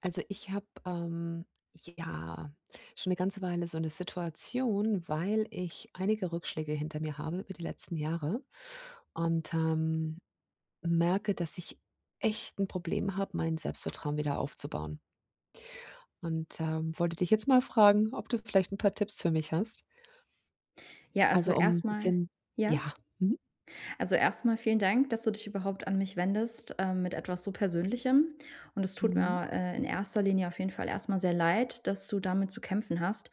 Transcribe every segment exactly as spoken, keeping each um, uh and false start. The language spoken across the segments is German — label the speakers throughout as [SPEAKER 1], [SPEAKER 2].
[SPEAKER 1] Also ich habe ähm, ja schon eine ganze Weile so eine Situation, weil ich einige Rückschläge hinter mir habe über die letzten Jahre, und ähm, merke, dass ich echt ein Problem habe, mein Selbstvertrauen wieder aufzubauen. Und ähm, wollte dich jetzt mal fragen, ob du vielleicht ein paar Tipps für mich hast.
[SPEAKER 2] Ja, also
[SPEAKER 1] Also um ein
[SPEAKER 2] erstmal,
[SPEAKER 1] bisschen,
[SPEAKER 2] ja?
[SPEAKER 1] ja.
[SPEAKER 2] Also erstmal vielen Dank, dass du dich überhaupt an mich wendest, ähm, mit etwas so Persönlichem. Und es tut
[SPEAKER 1] Mhm.
[SPEAKER 2] mir, äh, in erster Linie auf jeden Fall erstmal sehr leid, dass du damit zu kämpfen hast,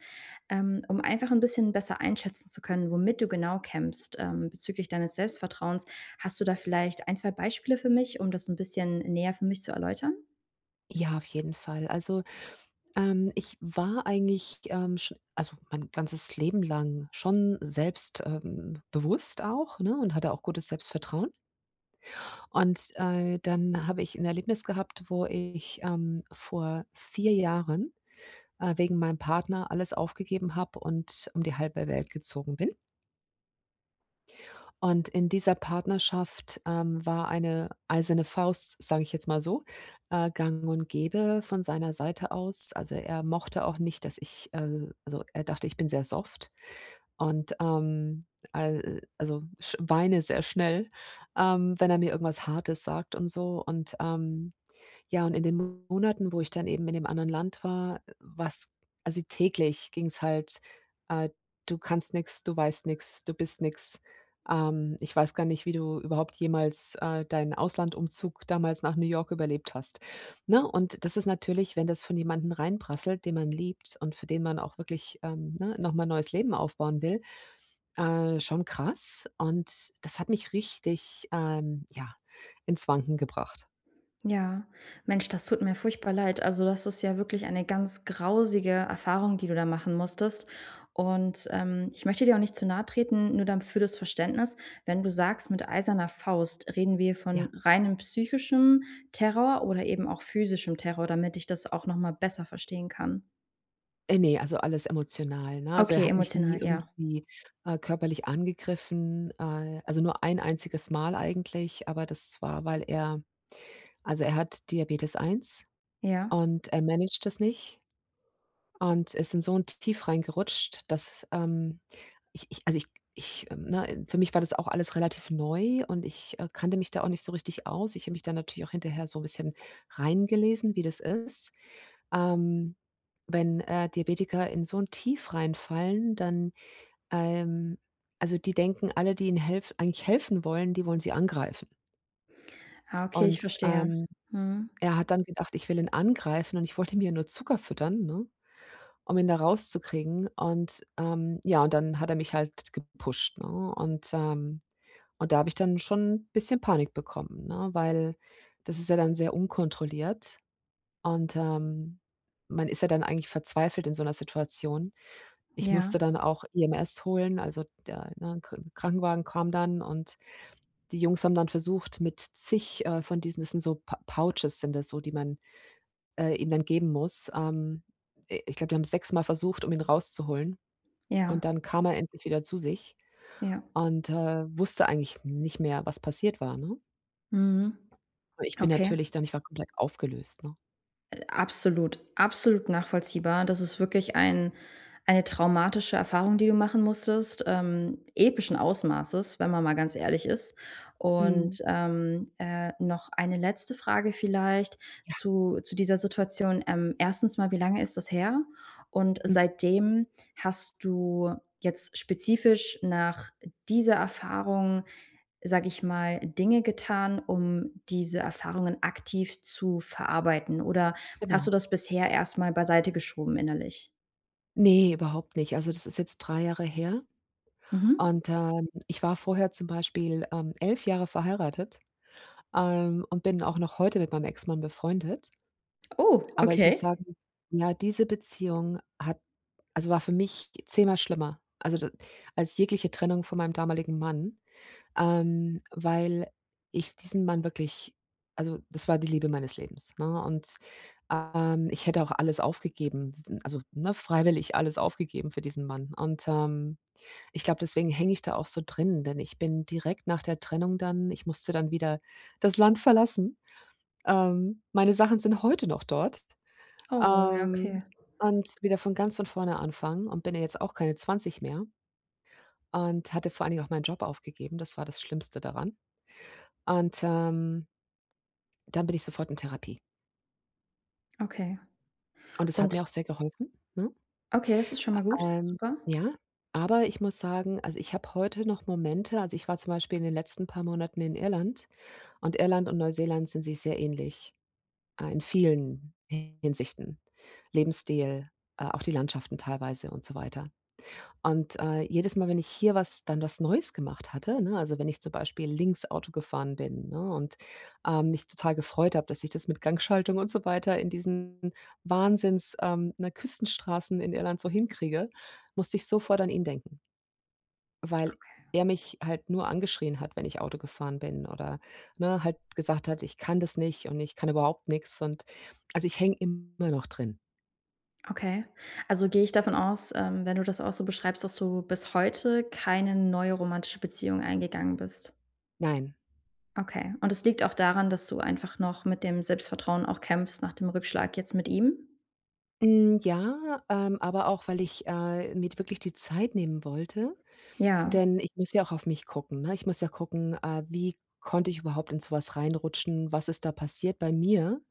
[SPEAKER 2] ähm, um einfach ein bisschen besser einschätzen zu können, womit du genau kämpfst, ähm, bezüglich deines Selbstvertrauens. Hast du da vielleicht ein zwei Beispiele für mich, um das ein bisschen näher für mich zu erläutern?
[SPEAKER 1] Ja, auf jeden Fall. Also, ähm, ich war eigentlich, ähm, schon also, mein ganzes Leben lang schon selbst, ähm, bewusst auch, ne, und hatte auch gutes Selbstvertrauen. Und, äh, dann habe ich ein Erlebnis gehabt, wo ich, ähm, vor vier Jahren, äh, wegen meinem Partner alles aufgegeben habe und um die halbe Welt gezogen bin. Und in dieser Partnerschaft, ähm, war eine eiserne Faust, sage ich jetzt mal so, äh, gang und gäbe von seiner Seite aus. Also, er mochte auch nicht, dass ich äh, also, er dachte, ich bin sehr soft und, ähm, al also, sch weine sehr schnell, ähm, wenn er mir irgendwas Hartes sagt und so und, ähm ja, und in den Monaten, wo ich dann eben in dem anderen Land war, was also täglich ging's halt, äh: „Du kannst nichts, du weißt nichts, du bist nichts. Ähm, ich weiß gar nicht, wie du überhaupt jemals, äh, deinen Auslandumzug damals nach New York überlebt hast, ne? Und das ist natürlich, wenn das von jemandem reinprasselt, den man liebt und für den man auch wirklich, ähm, ne, noch mal neues Leben aufbauen will, äh, schon krass. Und das hat mich richtig, ähm, ja, ins Wanken gebracht.
[SPEAKER 2] Ja, Mensch, das tut mir furchtbar leid. Also, das ist ja wirklich eine ganz grausige Erfahrung, die du da machen musstest. Und ähm, ich möchte dir auch nicht zu nahe treten, nur dann für das Verständnis, wenn du sagst, mit eiserner Faust reden wir von
[SPEAKER 1] Ja.
[SPEAKER 2] reinem psychischem Terror oder eben auch physischem Terror, damit ich das auch nochmal besser verstehen kann.
[SPEAKER 1] Äh, ne, also alles emotional, ne? Also, er
[SPEAKER 2] Okay,
[SPEAKER 1] hat mich
[SPEAKER 2] emotional,
[SPEAKER 1] nie
[SPEAKER 2] ja.
[SPEAKER 1] irgendwie, äh, körperlich angegriffen, äh, also nur ein einziges Mal eigentlich, aber das war, weil er also er hat Diabetes eins
[SPEAKER 2] Ja.
[SPEAKER 1] und er managt das nicht und ist in so 'n Tief reingerutscht, dass, ähm, ich ich also ich ich, ähm, ne, für mich war das auch alles relativ neu und ich, äh, kannte mich da auch nicht so richtig aus. Ich habe mich da natürlich auch hinterher so 'n bisschen reingelesen, wie das ist. Ähm, wenn, äh, Diabetiker in so ein Tief reinfallen, dann, ähm also, die denken alle, die ihnen helf eigentlich helfen wollen, die wollen sie angreifen.
[SPEAKER 2] Ah, okay, ich
[SPEAKER 1] Und,
[SPEAKER 2] verstehe.
[SPEAKER 1] ähm,
[SPEAKER 2] Mhm.
[SPEAKER 1] er hat dann gedacht: „Ich will ihn angreifen und ich wollte ihm ja nur Zucker füttern, ne, um ihn da rauszukriegen.“ Und, ähm, ja, und dann hat er mich halt gepusht, ne? Und, ähm und da habe ich dann schon 'n bisschen Panik bekommen, ne, weil das ist ja dann sehr unkontrolliert und, ähm, man ist ja dann eigentlich verzweifelt in so einer Situation. Ich musste
[SPEAKER 2] Ja,
[SPEAKER 1] dann auch E M S holen, also der, ne, Kr Krankenwagen kam dann und die Jungs haben dann versucht, mit zig, äh, von diesen das sind so Pou Pouches sind das so, die man, äh, ihm dann geben muss. Ähm, i ich glaube, die haben es sechsmal versucht, um ihn rauszuholen und
[SPEAKER 2] ja,
[SPEAKER 1] dann kam er endlich wieder zu sich
[SPEAKER 2] ja.
[SPEAKER 1] und, äh, wusste eigentlich nicht mehr, was passiert war, ne?
[SPEAKER 2] Mhm.
[SPEAKER 1] Ich bin
[SPEAKER 2] Okay.
[SPEAKER 1] natürlich dann ich war komplett aufgelöst, ne?
[SPEAKER 2] Absolut, absolut nachvollziehbar. Das ist wirklich ein eine traumatische Erfahrung, die du machen musstest, ähm, epischen Ausmaßes, wenn man mal ganz ehrlich ist.
[SPEAKER 1] Mhm.
[SPEAKER 2] Und ähm, äh, noch eine letzte Frage vielleicht zu, zu dieser Situation. Ähm, erstens mal, wie lange ist das her? Und
[SPEAKER 1] Mhm,
[SPEAKER 2] seitdem hast du jetzt spezifisch nach dieser Erfahrung, sage ich mal, Dinge getan, um diese Erfahrungen aktiv zu verarbeiten? Oder hast
[SPEAKER 1] genau.
[SPEAKER 2] du das bisher erst mal beiseite geschoben innerlich?
[SPEAKER 1] Ne, überhaupt nicht. Also, das ist jetzt drei Jahre her.
[SPEAKER 2] Mhm.
[SPEAKER 1] Und, ähm, ich war vorher zum Beispiel, ähm, elf Jahre verheiratet, ähm, und bin auch noch heute mit meinem Ex-Mann befreundet.
[SPEAKER 2] Oh,
[SPEAKER 1] Aber ich muss
[SPEAKER 2] okay.
[SPEAKER 1] sagen, ja, diese Beziehung hat also, war für mich zehnmal schlimmer, also, d als jegliche Trennung von meinem damaligen Mann, ähm, weil ich diesen Mann wirklich also, das war die Liebe meines Lebens, ne? Und, ähm, ich hätte auch alles aufgegeben, also, ne, freiwillig alles aufgegeben für diesen Mann. Und, ähm ich glaube, deswegen hänge ich da auch so drin, denn ich bin direkt nach der Trennung dann ich musste dann wieder das Land verlassen. Ähm, meine Sachen sind heute noch dort,
[SPEAKER 2] Oh, ja,
[SPEAKER 1] ähm,
[SPEAKER 2] okay.
[SPEAKER 1] und wieder von ganz von vorne anfangen und bin ja jetzt auch keine zwanzig mehr und hatte vor allen Dingen auch meinen Job aufgegeben. Das war das Schlimmste daran. Und, ähm, dann bin ich sofort in Therapie.
[SPEAKER 2] Okay.
[SPEAKER 1] Und das hat mir
[SPEAKER 2] Und
[SPEAKER 1] auch sehr geholfen, ne?
[SPEAKER 2] okay, das ist schon mal gut.
[SPEAKER 1] Ähm,
[SPEAKER 2] Super.
[SPEAKER 1] ja, aber ich muss sagen, also, ich habe heute noch Momente also, ich war zum Beispiel in den letzten paar Monaten in Irland. Und Irland und Neuseeland sind sich sehr ähnlich, äh, in vielen Hinsichten. Lebensstil, äh, auch die Landschaften teilweise und so weiter. Und, äh, jedes Mal, wenn ich hier was dann was Neues gemacht hatte, ne, also wenn ich zum Beispiel links Auto gefahren bin, ne, und, ähm, mich total gefreut habe, dass ich das mit Gangschaltung und so weiter in diesen Wahnsinns ähm, ne, Küstenstraßen in Irland so hinkriege, musste ich sofort an ihn denken. Weil
[SPEAKER 2] Okay.
[SPEAKER 1] er mich halt nur angeschrien hat, wenn ich Auto gefahren bin oder, ne, halt gesagt hat: „Ich kann das nicht und ich kann überhaupt nichts und also, ich hänge immer noch drin.
[SPEAKER 2] Okay. Also, gehe ich davon aus, ähm, wenn du das auch so beschreibst, dass du bis heute keine neue romantische Beziehung eingegangen bist?
[SPEAKER 1] Nein.
[SPEAKER 2] Okay. Und es liegt auch daran, dass du einfach noch mit dem Selbstvertrauen auch kämpfst nach dem Rückschlag jetzt mit ihm?
[SPEAKER 1] Hm, ja, ähm, aber auch, weil ich, äh, mir wirklich die Zeit nehmen wollte,
[SPEAKER 2] Ja,
[SPEAKER 1] denn ich muss ja auch auf mich gucken, ne? Ich muss ja gucken, äh, wie konnte ich überhaupt in so was reinrutschen? Was ist da passiert bei mir?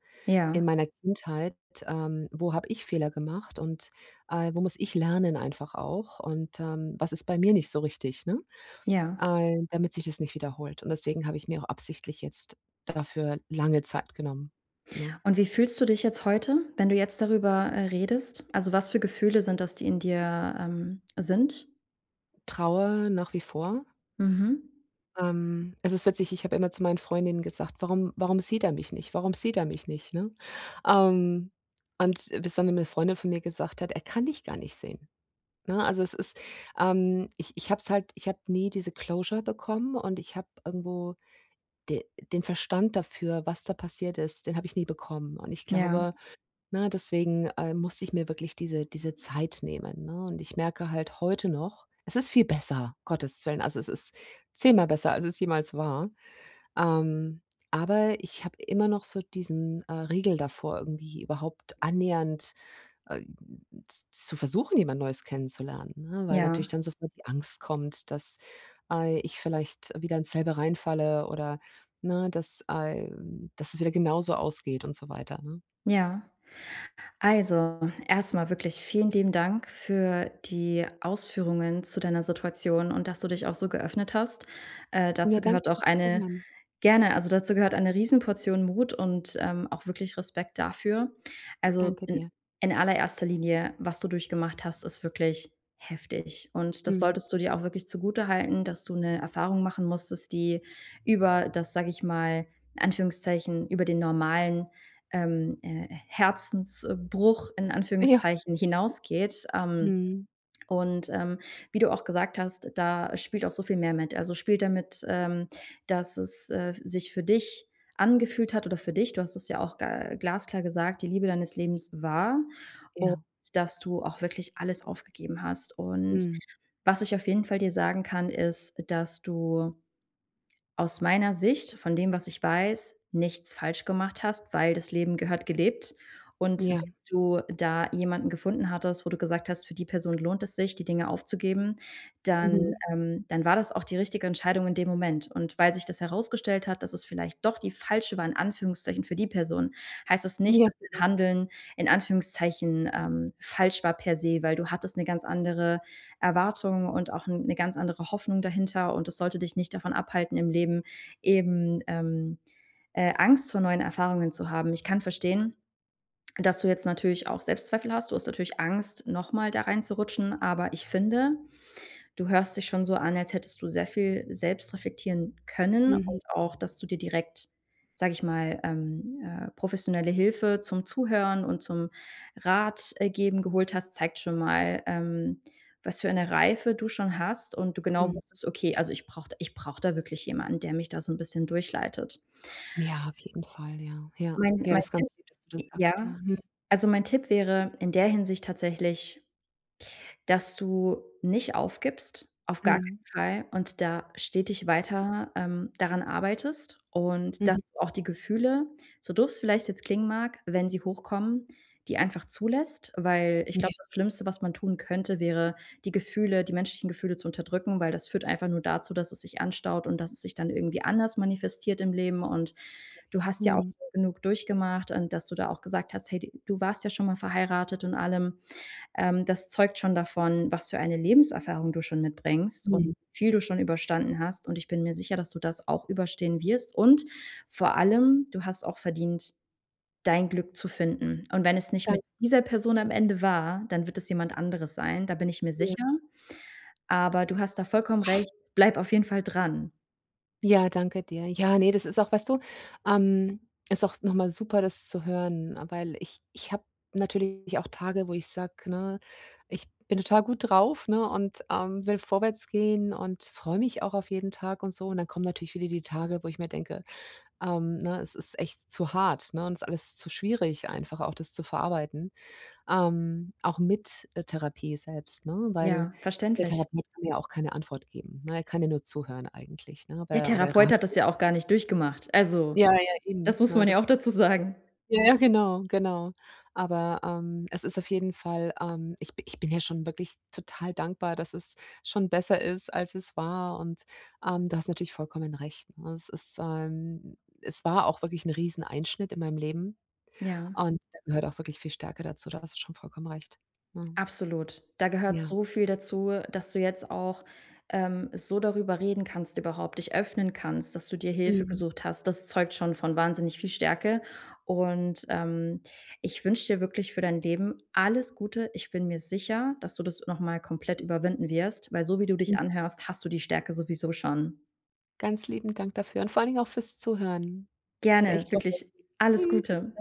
[SPEAKER 1] In
[SPEAKER 2] ja.
[SPEAKER 1] meiner Kindheit, ähm, wo habe ich Fehler gemacht und, äh, wo muss ich lernen einfach auch und, ähm, was ist bei mir nicht so richtig, ne?
[SPEAKER 2] Ja.
[SPEAKER 1] Äh, damit sich das nicht wiederholt. Und deswegen habe ich mir auch absichtlich jetzt dafür lange Zeit genommen, ne?
[SPEAKER 2] Und wie fühlst du dich jetzt heute, wenn du jetzt darüber, äh, redest? Also, was für Gefühle sind das, die in dir, ähm, sind?
[SPEAKER 1] Trauer nach wie vor.
[SPEAKER 2] Mhm.
[SPEAKER 1] Ähm, es ist witzig, ich habe immer zu meinen Freundinnen gesagt: „Warum Warum sieht er mich nicht? Warum sieht er mich nicht?“, ne? Ähm, und bis dann eine Freundin von mir gesagt hat: „Er kann dich gar nicht sehen.“ Ne, also es ist ähm, ich ich habe es halt ich habe nie diese Closure bekommen und ich habe irgendwo de den Verstand dafür, was da passiert ist, den habe ich nie bekommen. Und ich
[SPEAKER 2] Ja,
[SPEAKER 1] glaube, ne, deswegen, äh, musste ich mir wirklich diese diese Zeit nehmen, ne? Und ich merke halt heute noch, es ist viel besser, Gottes Willen. Also, es ist zehnmal besser, als es jemals war. Ähm, aber ich habe immer noch so diesen, äh, Riegel davor, irgendwie überhaupt annähernd äh, z zu versuchen, jemand Neues kennenzulernen, ne? Weil
[SPEAKER 2] ja,
[SPEAKER 1] natürlich dann sofort die Angst kommt, dass, äh, ich vielleicht wieder ins selbe reinfalle oder, ne, dass, äh dass es wieder genauso ausgeht und so weiter, ne?
[SPEAKER 2] ja. Also, erstmal wirklich vielen lieben Dank für die Ausführungen zu deiner Situation und dass du dich auch so geöffnet hast. Äh,
[SPEAKER 1] Ja,
[SPEAKER 2] dazu gehört
[SPEAKER 1] danke
[SPEAKER 2] auch
[SPEAKER 1] fürs
[SPEAKER 2] eine
[SPEAKER 1] Zuhören.
[SPEAKER 2] gerne, also dazu gehört eine Riesenportion Mut und, ähm, auch wirklich Respekt dafür. Also,
[SPEAKER 1] Danke
[SPEAKER 2] in
[SPEAKER 1] dir.
[SPEAKER 2] in allererster Linie, was du durchgemacht hast, ist wirklich heftig und das
[SPEAKER 1] Mhm.
[SPEAKER 2] solltest du dir auch wirklich zugute halten, dass du eine Erfahrung machen musstest, die über das, sage ich mal, in Anführungszeichen, über den normalen ähm, äh, Herzensbruch in
[SPEAKER 1] Ja.
[SPEAKER 2] Anführungszeichen hinausgeht. Ähm,
[SPEAKER 1] Mhm.
[SPEAKER 2] und, ähm, wie du auch gesagt hast, da spielt auch so viel mehr mit. Also, spielt damit, ähm, dass es, äh, sich für dich angefühlt hat oder für dich, du hast es ja auch ga glasklar gesagt, die Liebe deines Lebens war und
[SPEAKER 1] Ja.
[SPEAKER 2] dass du auch wirklich alles aufgegeben hast. Und
[SPEAKER 1] Mhm.
[SPEAKER 2] was ich auf jeden Fall dir sagen kann, ist, dass du aus meiner Sicht, von dem, was ich weiß, nichts falsch gemacht hast, weil das Leben gehört gelebt. Und wenn
[SPEAKER 1] Ja.
[SPEAKER 2] du da jemanden gefunden hattest, wo du gesagt hast, für die Person lohnt es sich, die Dinge aufzugeben, dann
[SPEAKER 1] Mhm.
[SPEAKER 2] ähm, dann war das auch die richtige Entscheidung in dem Moment. Und weil sich das herausgestellt hat, dass es vielleicht doch die falsche war, in Anführungszeichen, für die Person, heißt es nicht,
[SPEAKER 1] Ja.
[SPEAKER 2] dass dein Handeln in Anführungszeichen, ähm, falsch war per se, weil du hattest eine ganz andere Erwartung und auch eine ganz andere Hoffnung dahinter und das sollte dich nicht davon abhalten, im Leben eben, ähm, äh, Angst vor neuen Erfahrungen zu haben. Ich kann verstehen, dass du jetzt natürlich auch Selbstzweifel hast. Du hast natürlich Angst, noch mal da reinzurutschen, aber ich finde, du hörst dich schon so an, als hättest du sehr viel selbst reflektieren können
[SPEAKER 1] Mhm.
[SPEAKER 2] und auch, dass du dir direkt, sage ich mal, ähm, äh, professionelle Hilfe zum Zuhören und zum Rat, äh, geben geholt hast, zeigt schon mal, ähm, was für eine Reife du schon hast und du genau
[SPEAKER 1] Mhm.
[SPEAKER 2] wusstest: „Okay, also ich brauche ich brauche da wirklich jemanden, der mich da so ein bisschen durchleitet.“
[SPEAKER 1] Ja, auf jeden Fall, ja. Ja.
[SPEAKER 2] Mein
[SPEAKER 1] Ja,
[SPEAKER 2] mein
[SPEAKER 1] das ist
[SPEAKER 2] Tipp,
[SPEAKER 1] ganz lieb, dass du das sagst, ja.
[SPEAKER 2] ja,
[SPEAKER 1] Mhm.
[SPEAKER 2] also mein Tipp wäre in der Hinsicht tatsächlich, dass du nicht aufgibst, auf gar
[SPEAKER 1] Mhm.
[SPEAKER 2] keinen Fall und da stetig weiter, ähm, daran arbeitest und dass
[SPEAKER 1] Mhm.
[SPEAKER 2] du auch die Gefühle, so doof es vielleicht jetzt klingen mag, wenn sie hochkommen, die einfach zulässt, weil ich
[SPEAKER 1] Ja,
[SPEAKER 2] glaube, das Schlimmste, was man tun könnte, wäre, die Gefühle die menschlichen Gefühle zu unterdrücken, weil das führt einfach nur dazu, dass es sich anstaut und dass es sich dann irgendwie anders manifestiert im Leben und
[SPEAKER 1] richtig.
[SPEAKER 2] du hast ja auch
[SPEAKER 1] Mhm.
[SPEAKER 2] genug durchgemacht und dass du da auch gesagt hast: „Hey, du warst ja schon mal verheiratet und allem.“ ähm, Das zeugt schon davon, was für eine Lebenserfahrung du schon mitbringst und
[SPEAKER 1] Mhm.
[SPEAKER 2] wie viel du schon überstanden hast. Und ich bin mir sicher, dass du das auch überstehen wirst. Und vor allem, du hast auch verdient, dein Glück zu finden. Und wenn es nicht mit
[SPEAKER 1] Danke
[SPEAKER 2] dieser Person am Ende war, dann wird es jemand anderes sein. Da bin ich mir
[SPEAKER 1] dir.
[SPEAKER 2] sicher. Aber du hast da vollkommen recht. Bleib auf jeden Fall dran.
[SPEAKER 1] Ja, danke dir. Ja, ne, das ist auch weißt du, ähm, ist auch noch mal super, das zu hören, weil ich ich habe natürlich auch Tage, wo ich sage, ne, ich bin total gut drauf, ne, und, ähm, will vorwärts gehen und freue mich auch auf jeden Tag und so. Und dann kommen natürlich wieder die Tage, wo ich mir denke, ähm, ne, es ist echt zu hart, ne, und es ist alles zu schwierig einfach auch das zu verarbeiten, ähm, auch mit, äh, Therapie selbst, ne, weil
[SPEAKER 2] Ja,
[SPEAKER 1] der
[SPEAKER 2] verständlich.
[SPEAKER 1] Therapeut kann mir ja auch keine Antwort geben, ne? Er kann ja nur zuhören eigentlich, ne,
[SPEAKER 2] Der
[SPEAKER 1] aber oder
[SPEAKER 2] Therapeut
[SPEAKER 1] Rat
[SPEAKER 2] hat das ja auch gar nicht durchgemacht. Also,
[SPEAKER 1] ja, ja,
[SPEAKER 2] das
[SPEAKER 1] eben,
[SPEAKER 2] muss
[SPEAKER 1] ne?
[SPEAKER 2] man ja
[SPEAKER 1] Das
[SPEAKER 2] auch dazu sagen.
[SPEAKER 1] ja, ja, genau, genau. Aber, ähm, es ist auf jeden Fall, ähm ich bi ich bin ja schon wirklich total dankbar, dass es schon besser ist, als es war und, ähm, du hast natürlich vollkommen recht, ne? Es ist, ähm es war auch wirklich 'n Rieseneinschnitt in meinem Leben
[SPEAKER 2] Ja.
[SPEAKER 1] und da gehört auch wirklich viel Stärke dazu, da hast du schon vollkommen recht, ne?
[SPEAKER 2] Absolut. Da gehört
[SPEAKER 1] Ja.
[SPEAKER 2] so viel dazu, dass du jetzt auch, ähm, so darüber reden kannst überhaupt, dich öffnen kannst, dass du dir Hilfe
[SPEAKER 1] Mhm.
[SPEAKER 2] gesucht hast. Das zeugt schon von wahnsinnig viel Stärke und, ähm, ich wünsche dir wirklich für dein Leben alles Gute. Ich bin mir sicher, dass du das noch mal komplett überwinden wirst, weil so wie du dich
[SPEAKER 1] Mhm.
[SPEAKER 2] anhörst, hast du die Stärke sowieso schon.
[SPEAKER 1] Ganz lieben Dank dafür und vor allen Dingen auch fürs Zuhören. Hat
[SPEAKER 2] Gerne,
[SPEAKER 1] echt geholfen.
[SPEAKER 2] wirklich alles
[SPEAKER 1] Tschüss.
[SPEAKER 2] Gute.